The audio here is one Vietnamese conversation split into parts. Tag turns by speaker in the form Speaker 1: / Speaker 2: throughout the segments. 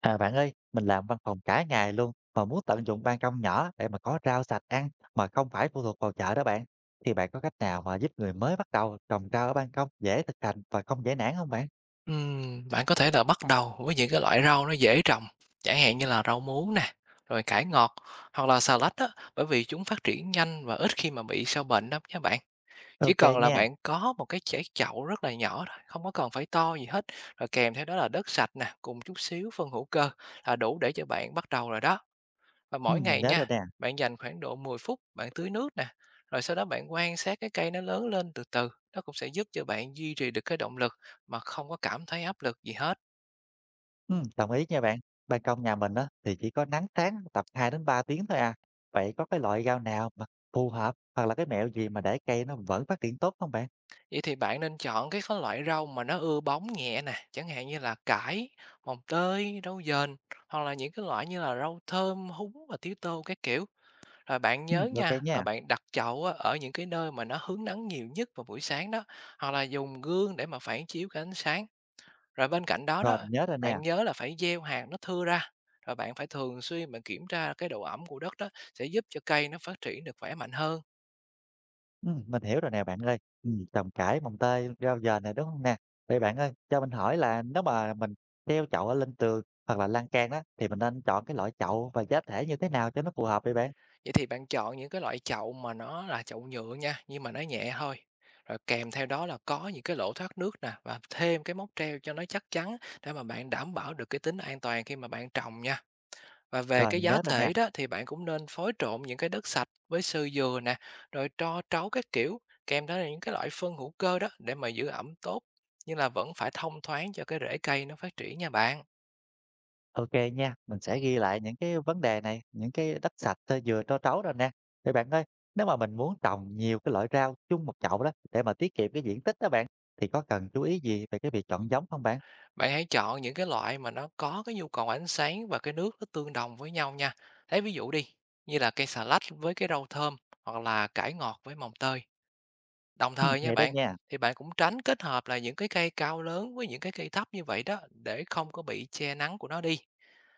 Speaker 1: À bạn ơi, mình làm văn phòng cả ngày luôn mà muốn tận dụng ban công nhỏ để mà có rau sạch ăn mà không phải phụ thuộc vào chợ đó bạn. Thì bạn có cách nào mà giúp người mới bắt đầu trồng rau ở ban công dễ thực hành và không dễ nản không bạn?
Speaker 2: Bạn có thể là bắt đầu với những cái loại rau nó dễ trồng, chẳng hạn như là rau muống nè, rồi cải ngọt hoặc là xà lách á, bởi vì chúng phát triển nhanh và ít khi mà bị sâu bệnh lắm nha bạn. Chỉ
Speaker 1: Ok
Speaker 2: cần là
Speaker 1: nha.
Speaker 2: bạn có một cái chảy chậu rất là nhỏ thôi, không có cần phải to gì hết, rồi kèm theo đó là đất sạch nè, cùng chút xíu phân hữu cơ là đủ để cho bạn bắt đầu rồi đó. Và
Speaker 1: Ừ,
Speaker 2: mỗi
Speaker 1: mình
Speaker 2: ngày
Speaker 1: nhớ rồi
Speaker 2: nha,
Speaker 1: nè.
Speaker 2: bạn dành khoảng độ 10 phút bạn tưới nước nè, rồi sau đó bạn quan sát cái cây nó lớn lên từ từ, nó cũng sẽ giúp cho bạn duy trì được cái động lực mà không có cảm thấy áp lực gì hết.
Speaker 1: Ừ, đồng ý nha bạn. Ban công nhà mình á thì chỉ có nắng sáng tầm 2 đến 3 tiếng thôi à. Vậy có cái loại rau nào mà phù hợp hoặc là cái mẹo gì mà để cây nó vẫn phát triển tốt không bạn?
Speaker 2: Vậy thì bạn nên chọn cái có loại rau mà nó ưa bóng nhẹ nè, chẳng hạn như là cải, mồng tơi, rau dền, hoặc là những cái loại như là rau thơm, húng và tía tô cái kiểu. Rồi bạn
Speaker 1: Ừ,
Speaker 2: nhớ
Speaker 1: ok
Speaker 2: nha là
Speaker 1: nha.
Speaker 2: bạn đặt chậu á, ở những cái nơi mà nó hướng nắng nhiều nhất vào buổi sáng đó, hoặc là dùng gương để mà phản chiếu cái ánh sáng. Rồi bên cạnh đó
Speaker 1: Rồi,
Speaker 2: đó,
Speaker 1: mình nhớ rồi nè.
Speaker 2: bạn nhớ là phải gieo hạt nó thưa ra, rồi bạn phải thường xuyên bạn kiểm tra cái độ ẩm của đất đó sẽ giúp cho cây nó phát triển được khỏe mạnh hơn.
Speaker 1: Mình hiểu rồi nè bạn ơi. Trồng cải, mồng tơi, rau dền này đúng không nè? Vậy bạn ơi, cho mình hỏi là nếu mà mình treo chậu ở lên tường hoặc là lan can đó, thì mình nên chọn cái loại chậu và giá thể như thế nào cho nó phù hợp vậy bạn?
Speaker 2: Vậy thì bạn chọn những cái loại chậu mà nó là chậu nhựa nha, nhưng mà nó nhẹ thôi. Rồi kèm theo đó là có những cái lỗ thoát nước nè và thêm cái móc treo cho nó chắc chắn để mà bạn đảm bảo được cái tính an toàn khi mà bạn trồng nha. Và về
Speaker 1: Rồi,
Speaker 2: cái
Speaker 1: mình
Speaker 2: giá
Speaker 1: nhớ rồi nè.
Speaker 2: thể đó thì bạn cũng nên phối trộn những cái đất sạch với sơ dừa nè, rồi tro trấu các kiểu, kèm theo là những cái loại phân hữu cơ đó để mà giữ ẩm tốt, nhưng là vẫn phải thông thoáng cho cái rễ cây nó phát triển nha bạn.
Speaker 1: Ok nha, mình sẽ ghi lại những cái vấn đề này, những cái đất sạch cho vừa cho trấu rồi nè. Vậy bạn ơi, nếu mà mình muốn trồng nhiều cái loại rau chung một chậu đó, để mà tiết kiệm cái diện tích đó bạn, thì có cần chú ý gì về cái việc chọn giống không bạn?
Speaker 2: Bạn hãy chọn những cái loại mà nó có cái nhu cầu ánh sáng và cái nước nó tương đồng với nhau nha. Lấy ví dụ đi, như là cây xà lách với cái rau thơm hoặc là cải ngọt với mồng tơi. Đồng thời nha
Speaker 1: Hay đó
Speaker 2: bạn,
Speaker 1: nha.
Speaker 2: thì bạn cũng tránh kết hợp là những cái cây cao lớn với những cái cây thấp như vậy đó để không có bị che nắng của nó đi.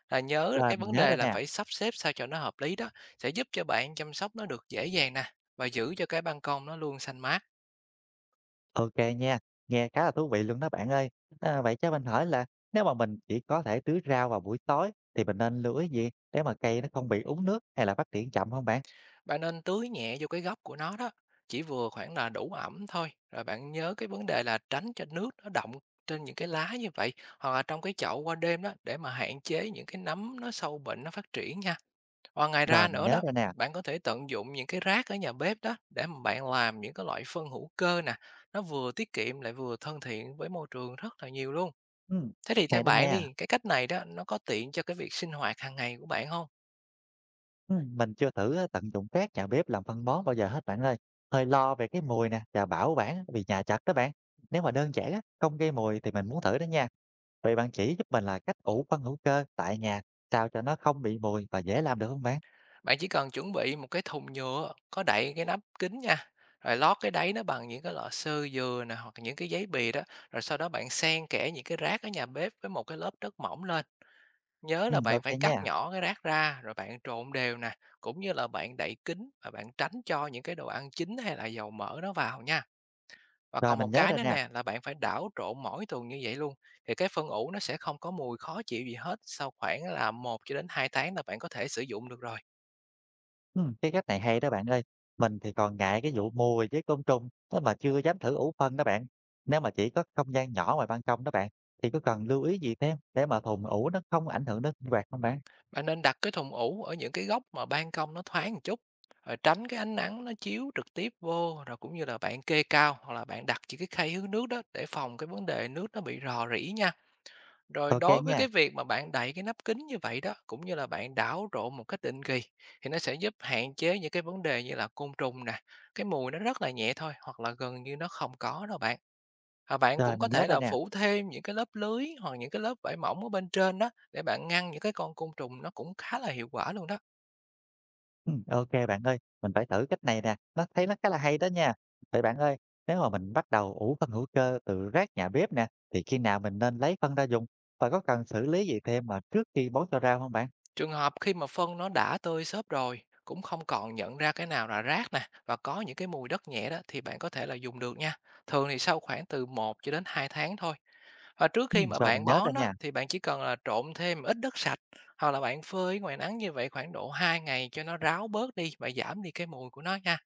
Speaker 2: Là nhớ là
Speaker 1: Rồi,
Speaker 2: cái
Speaker 1: mình
Speaker 2: vấn
Speaker 1: nhớ
Speaker 2: đề
Speaker 1: rồi
Speaker 2: là
Speaker 1: nè.
Speaker 2: phải sắp xếp sao cho nó hợp lý đó, sẽ giúp cho bạn chăm sóc nó được dễ dàng nè, và giữ cho cái ban công nó luôn xanh mát.
Speaker 1: OK nha, nghe khá là thú vị luôn đó bạn ơi. À, vậy cho mình hỏi là nếu mà mình chỉ có thể tưới rau vào buổi tối thì mình nên lưu ý gì để mà cây nó không bị úng nước hay là phát triển chậm không bạn?
Speaker 2: Bạn nên tưới nhẹ vô cái gốc của nó đó, chỉ vừa khoảng là đủ ẩm thôi. Rồi bạn nhớ cái vấn đề là tránh cho nước nó đọng trên những cái lá như vậy, hoặc là trong cái chậu qua đêm đó, để mà hạn chế những cái nấm nó sâu bệnh nó phát triển nha. Và ngoài
Speaker 1: Rồi
Speaker 2: ra
Speaker 1: mình
Speaker 2: nữa
Speaker 1: nhớ
Speaker 2: đó,
Speaker 1: rồi nè.
Speaker 2: bạn có thể tận dụng những cái rác ở nhà bếp đó để mà bạn làm những cái loại phân hữu cơ nè, nó vừa tiết kiệm lại vừa thân thiện với môi trường rất là nhiều luôn.
Speaker 1: Ừm,
Speaker 2: Thế thì
Speaker 1: hay
Speaker 2: theo
Speaker 1: đó
Speaker 2: bạn
Speaker 1: nha.
Speaker 2: đi, cái cách này đó nó có tiện cho cái việc sinh hoạt hàng ngày của bạn không?
Speaker 1: Mình chưa thử á, tận dụng rác nhà bếp làm phân bón bao giờ hết bạn ơi. Hơi lo về cái mùi nè và bảo quản vì nhà chật đó bạn. Nếu mà đơn giản á, không gây mùi thì mình muốn thử đó nha. Vậy bạn chỉ giúp mình là cách ủ phân hữu cơ tại nhà sao cho nó không bị mùi và dễ làm được không bạn?
Speaker 2: Bạn chỉ cần chuẩn bị một cái thùng nhựa có đậy cái nắp kín nha, rồi lót cái đáy nó bằng những cái lọ sơ dừa nè, hoặc những cái giấy bì đó, rồi sau đó bạn xen kẽ những cái rác ở nhà bếp với một cái lớp đất mỏng lên. Nhớ là bạn
Speaker 1: OK
Speaker 2: phải cắt
Speaker 1: nha.
Speaker 2: nhỏ cái rác ra, rồi bạn trộn đều nè, cũng như là bạn đậy kín và bạn tránh cho những cái đồ ăn chín hay là dầu mỡ nó vào nha. Và
Speaker 1: Rồi
Speaker 2: còn một
Speaker 1: mình nhớ
Speaker 2: cái
Speaker 1: rồi
Speaker 2: nữa
Speaker 1: nè.
Speaker 2: nè là bạn phải đảo trộn mỗi tuần như vậy luôn, thì cái phân ủ nó sẽ không có mùi khó chịu gì hết, sau khoảng là 1 cho đến 2 tháng là bạn có thể sử dụng được rồi.
Speaker 1: Cái cách này hay đó bạn ơi. Mình thì còn ngại cái vụ mùi với côn trùng, thế mà chưa dám thử ủ phân đó bạn. Nếu mà chỉ có không gian nhỏ ngoài ban công đó bạn, thì có cần lưu ý gì thêm để mà thùng ủ nó không ảnh hưởng đến sinh hoạt không bạn?
Speaker 2: Bạn nên đặt cái thùng ủ ở những cái góc mà ban công nó thoáng một chút, rồi tránh cái ánh nắng nó chiếu trực tiếp vô, rồi cũng như là bạn kê cao hoặc là bạn đặt chỉ cái khay hứng nước đó để phòng cái vấn đề nước nó bị rò rỉ nha. Rồi
Speaker 1: Ok
Speaker 2: đối với
Speaker 1: nha.
Speaker 2: cái việc mà bạn đậy cái nắp kính như vậy đó, cũng như là bạn đảo trộn một cách định kỳ thì nó sẽ giúp hạn chế những cái vấn đề như là côn trùng nè, cái mùi nó rất là nhẹ thôi hoặc là gần như nó không có đâu bạn. Và bạn
Speaker 1: Rồi
Speaker 2: cũng có
Speaker 1: mình nhớ
Speaker 2: thể
Speaker 1: rồi
Speaker 2: là
Speaker 1: nè.
Speaker 2: phủ thêm những cái lớp lưới hoặc những cái lớp vải mỏng ở bên trên đó để bạn ngăn những cái con côn trùng nó cũng khá là hiệu quả luôn đó.
Speaker 1: Ok bạn ơi, mình phải thử cách này nè, nó thấy nó khá là hay đó nha. Vậy bạn ơi, nếu mà mình bắt đầu ủ phân hữu cơ từ rác nhà bếp nè, thì khi nào mình nên lấy phân ra dùng và có cần xử lý gì thêm mà trước khi bón cho rau không bạn?
Speaker 2: Trường hợp khi mà phân nó đã tơi xốp rồi, cũng không còn nhận ra cái nào là rác nè và có những cái mùi đất nhẹ đó thì bạn có thể là dùng được nha. Thường thì sau khoảng từ một cho đến 2 tháng thôi. Và trước khi mà
Speaker 1: Rồi mình
Speaker 2: bạn
Speaker 1: nhớ rồi
Speaker 2: bón đó
Speaker 1: nha.
Speaker 2: thì bạn chỉ cần là trộn thêm ít đất sạch hoặc là bạn phơi ngoài nắng như vậy khoảng độ 2 ngày cho nó ráo bớt đi và giảm đi cái mùi của nó nha.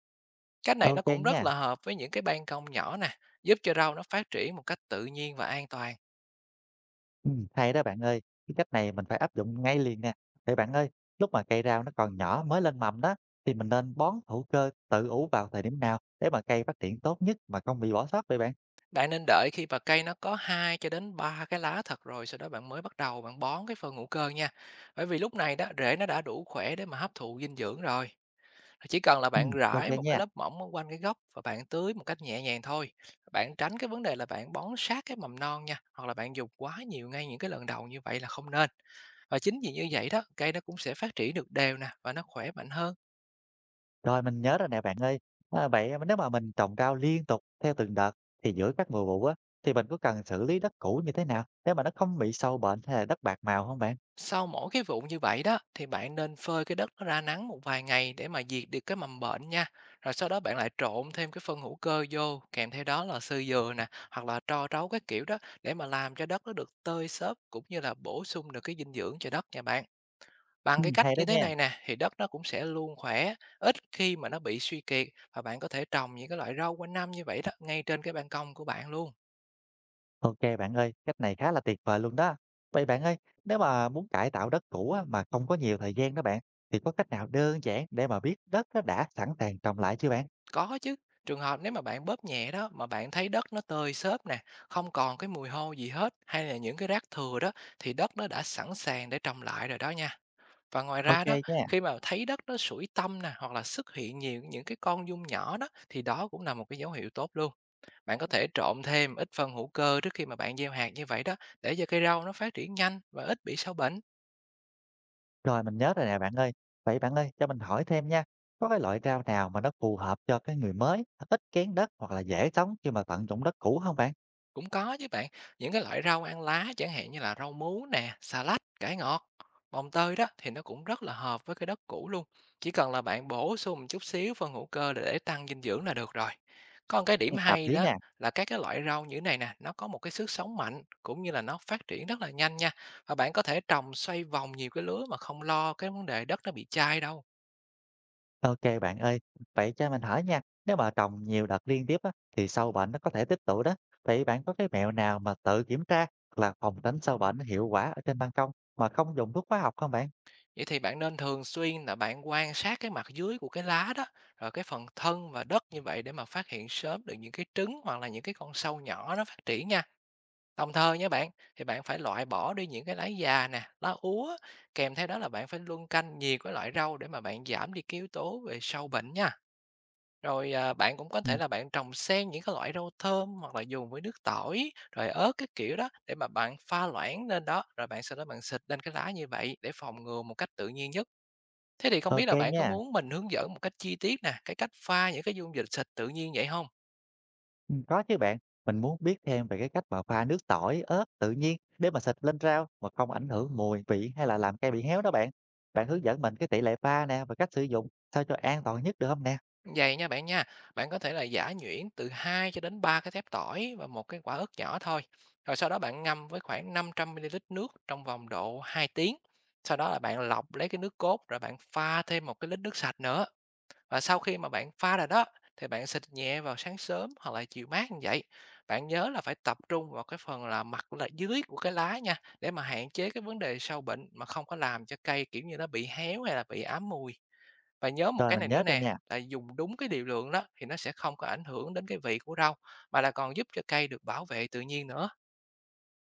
Speaker 2: Cách này nó
Speaker 1: Ok
Speaker 2: cũng rất
Speaker 1: nha.
Speaker 2: là hợp với những cái ban công nhỏ nè, giúp cho rau nó phát triển một cách tự nhiên và an toàn.
Speaker 1: Hay đó bạn ơi, cái cách này mình phải áp dụng ngay liền nè. Vậy bạn ơi, lúc mà cây rau nó còn nhỏ mới lên mầm đó, thì mình nên bón hữu cơ tự ủ vào thời điểm nào để mà cây phát triển tốt nhất mà không bị bỏ sót vậy bạn?
Speaker 2: Bạn nên đợi khi mà cây nó có 2 cho đến 3 cái lá thật rồi, sau đó bạn mới bắt đầu bạn bón cái phân hữu cơ nha. Bởi vì lúc này đó rễ nó đã đủ khỏe để mà hấp thụ dinh dưỡng rồi. Chỉ cần là bạn
Speaker 1: Ok
Speaker 2: rải một cái
Speaker 1: nha.
Speaker 2: lớp mỏng ở quanh cái gốc và bạn tưới một cách nhẹ nhàng thôi. Bạn tránh cái vấn đề là bạn bón sát cái mầm non nha, hoặc là bạn dùng quá nhiều ngay những cái lần đầu như vậy là không nên. Và chính vì như vậy đó, cây nó cũng sẽ phát triển được đều nè và nó khỏe mạnh hơn.
Speaker 1: Rồi mình nhớ rồi nè bạn ơi. À, vậy mà nếu mà mình trồng rau liên tục theo từng đợt thì giữa các mùa vụ á, thì mình có cần xử lý đất cũ như thế nào để mà nó không bị sâu bệnh hay là đất bạc màu không bạn?
Speaker 2: Sau mỗi cái vụ như vậy đó thì bạn nên phơi cái đất nó ra nắng một vài ngày để mà diệt được cái mầm bệnh nha. Rồi sau đó bạn lại trộn thêm cái phân hữu cơ vô, kèm theo đó là xơ dừa nè, hoặc là tro trấu các kiểu đó để mà làm cho đất nó được tơi xốp cũng như là bổ sung được cái dinh dưỡng cho đất nha bạn. Bằng cái cách
Speaker 1: Hay đó
Speaker 2: như thế
Speaker 1: nha.
Speaker 2: này nè thì đất nó cũng sẽ luôn khỏe, ít khi mà nó bị suy kiệt và bạn có thể trồng những cái loại rau quanh năm như vậy đó ngay trên cái ban công của bạn luôn.
Speaker 1: Ok bạn ơi, cách này khá là tuyệt vời luôn đó. Vậy bạn ơi, nếu mà muốn cải tạo đất cũ á, mà không có nhiều thời gian đó bạn, thì có cách nào đơn giản để mà biết đất nó đã sẵn sàng trồng lại chưa bạn?
Speaker 2: Có chứ, trường hợp nếu mà bạn bóp nhẹ đó mà bạn thấy đất nó tơi xốp nè, không còn cái mùi hôi gì hết hay là những cái rác thừa đó thì đất nó đã sẵn sàng để trồng lại rồi đó nha. Và ngoài
Speaker 1: Ok
Speaker 2: ra đó,
Speaker 1: nha.
Speaker 2: khi mà thấy đất nó sủi tăm nè hoặc là xuất hiện nhiều những cái con giun nhỏ đó thì đó cũng là một cái dấu hiệu tốt luôn. Bạn có thể trộn thêm ít phân hữu cơ trước khi mà bạn gieo hạt như vậy đó để cho cây rau nó phát triển nhanh và ít bị sâu bệnh.
Speaker 1: Rồi mình nhớ rồi nè bạn ơi. Vậy bạn ơi, cho mình hỏi thêm nha. Có cái loại rau nào mà nó phù hợp cho cái người mới, ít kén đất hoặc là dễ sống khi mà tận dụng đất cũ không bạn?
Speaker 2: Cũng có chứ bạn, những cái loại rau ăn lá chẳng hạn như là rau muống nè, xà lách, cải ngọt, mồng tơi đó thì nó cũng rất là hợp với cái đất cũ luôn. Chỉ cần là bạn bổ sung một chút xíu phân hữu cơ để tăng dinh dưỡng là được rồi. Còn cái
Speaker 1: Ừ,
Speaker 2: điểm
Speaker 1: hợp
Speaker 2: hay
Speaker 1: lý
Speaker 2: đó
Speaker 1: nè.
Speaker 2: là các cái loại rau như thế này nè, nó có một cái sức sống mạnh cũng như là nó phát triển rất là nhanh nha. Và bạn có thể trồng xoay vòng nhiều cái lứa mà không lo cái vấn đề đất nó bị chai đâu.
Speaker 1: Ok bạn ơi, vậy cho mình hỏi nha, nếu mà trồng nhiều đợt liên tiếp á, thì sâu bệnh nó có thể tích tụ đó. Vậy bạn có cái mẹo nào mà tự kiểm tra hoặc là phòng tránh sâu bệnh hiệu quả ở trên ban công mà không dùng thuốc hóa học không bạn?
Speaker 2: Vậy thì bạn nên thường xuyên là bạn quan sát cái mặt dưới của cái lá đó, rồi cái phần thân và đất như vậy để mà phát hiện sớm được những cái trứng hoặc là những cái con sâu nhỏ nó phát triển nha. Đồng thời nha bạn, thì bạn phải loại bỏ đi những cái lá già nè, lá úa, kèm theo đó là bạn phải luân canh nhiều cái loại rau để mà bạn giảm đi cái yếu tố về sâu bệnh nha. Rồi à, bạn cũng có
Speaker 1: Ừ,
Speaker 2: thể là bạn trồng xen những cái loại rau thơm hoặc là dùng với nước tỏi, rồi ớt cái kiểu đó để mà bạn pha loãng lên đó, rồi bạn sau đó bạn xịt lên cái lá như vậy để phòng ngừa một cách tự nhiên nhất. Thế thì không biết
Speaker 1: ok
Speaker 2: là bạn có
Speaker 1: nha,
Speaker 2: muốn mình hướng dẫn một cách chi tiết nè, cái cách pha những cái dung dịch xịt tự nhiên vậy không?
Speaker 1: Ừ, có chứ bạn. Mình muốn biết thêm về cái cách mà pha nước tỏi, ớt tự nhiên để mà xịt lên rau mà không ảnh hưởng mùi, vị hay là làm cây bị héo đó bạn. Bạn hướng dẫn mình cái tỷ lệ pha nè và cách sử dụng sao cho an toàn nhất được không nè?
Speaker 2: Vầy nha, bạn có thể là giã nhuyễn từ 2 cho đến 3 cái thép tỏi và một cái quả ớt nhỏ thôi. Rồi sau đó bạn ngâm với khoảng 500 ml nước trong vòng độ 2 tiếng. Sau đó là bạn lọc lấy cái nước cốt rồi bạn pha thêm một cái lít nước sạch nữa. Và sau khi mà bạn pha rồi đó, thì bạn xịt nhẹ vào sáng sớm hoặc là chiều mát như vậy. Bạn nhớ là phải tập trung vào cái phần là mặt là dưới của cái lá nha, để mà hạn chế cái vấn đề sâu bệnh mà không có làm cho cây kiểu như nó bị héo hay là bị ám mùi. Và nhớ một
Speaker 1: Rồi
Speaker 2: cái
Speaker 1: mình
Speaker 2: này
Speaker 1: nhớ
Speaker 2: nữa
Speaker 1: rồi
Speaker 2: nè,
Speaker 1: nha.
Speaker 2: là dùng đúng cái liều lượng đó thì nó sẽ không có ảnh hưởng đến cái vị của rau, mà là còn giúp cho cây được bảo vệ tự nhiên nữa.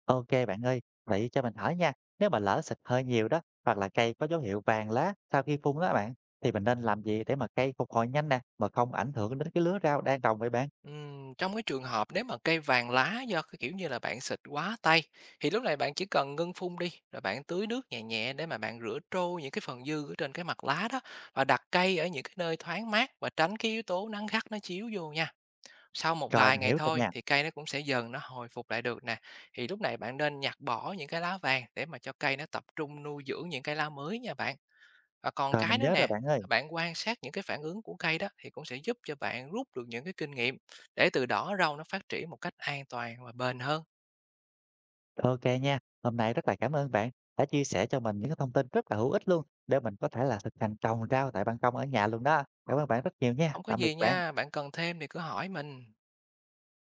Speaker 1: OK bạn ơi, vậy cho mình hỏi nha, nếu mà lỡ xịt hơi nhiều đó, hoặc là cây có dấu hiệu vàng lá sau khi phun đó bạn, thì mình nên làm gì để mà cây phục hồi nhanh nè, mà không ảnh hưởng đến cái lứa rau đang trồng vậy bạn?
Speaker 2: Trong cái trường hợp nếu mà cây vàng lá do cái, kiểu như là, bạn xịt quá tay, thì lúc này bạn chỉ cần ngưng phun đi, rồi bạn tưới nước nhẹ nhẹ để mà bạn rửa trôi những cái phần dư ở trên cái mặt lá đó, và đặt cây ở những cái nơi thoáng mát và tránh cái yếu tố nắng gắt nó chiếu vô nha. Sau một
Speaker 1: Rồi
Speaker 2: vài
Speaker 1: mình
Speaker 2: ngày
Speaker 1: hiểu rồi
Speaker 2: thôi
Speaker 1: nha,
Speaker 2: thì cây nó cũng sẽ dần nó hồi phục lại được nè. Thì lúc này bạn nên nhặt bỏ những cái lá vàng để mà cho cây nó tập trung nuôi dưỡng những cái lá mới nha bạn. Và còn
Speaker 1: rồi
Speaker 2: cái
Speaker 1: mình
Speaker 2: nữa
Speaker 1: nhớ rồi
Speaker 2: nè,
Speaker 1: bạn ơi.
Speaker 2: bạn quan sát những cái phản ứng của cây đó thì cũng sẽ giúp cho bạn rút được những cái kinh nghiệm để từ đó rau nó phát triển một cách an toàn và bền hơn.
Speaker 1: OK nha, hôm nay rất là cảm ơn bạn đã chia sẻ cho mình những cái thông tin rất là hữu ích luôn, để mình có thể là thực hành trồng rau tại ban công ở nhà luôn đó. Cảm ơn bạn rất nhiều nha,
Speaker 2: Không có
Speaker 1: tạm biệt
Speaker 2: gì
Speaker 1: bạn.
Speaker 2: nha, bạn cần thêm thì cứ hỏi mình.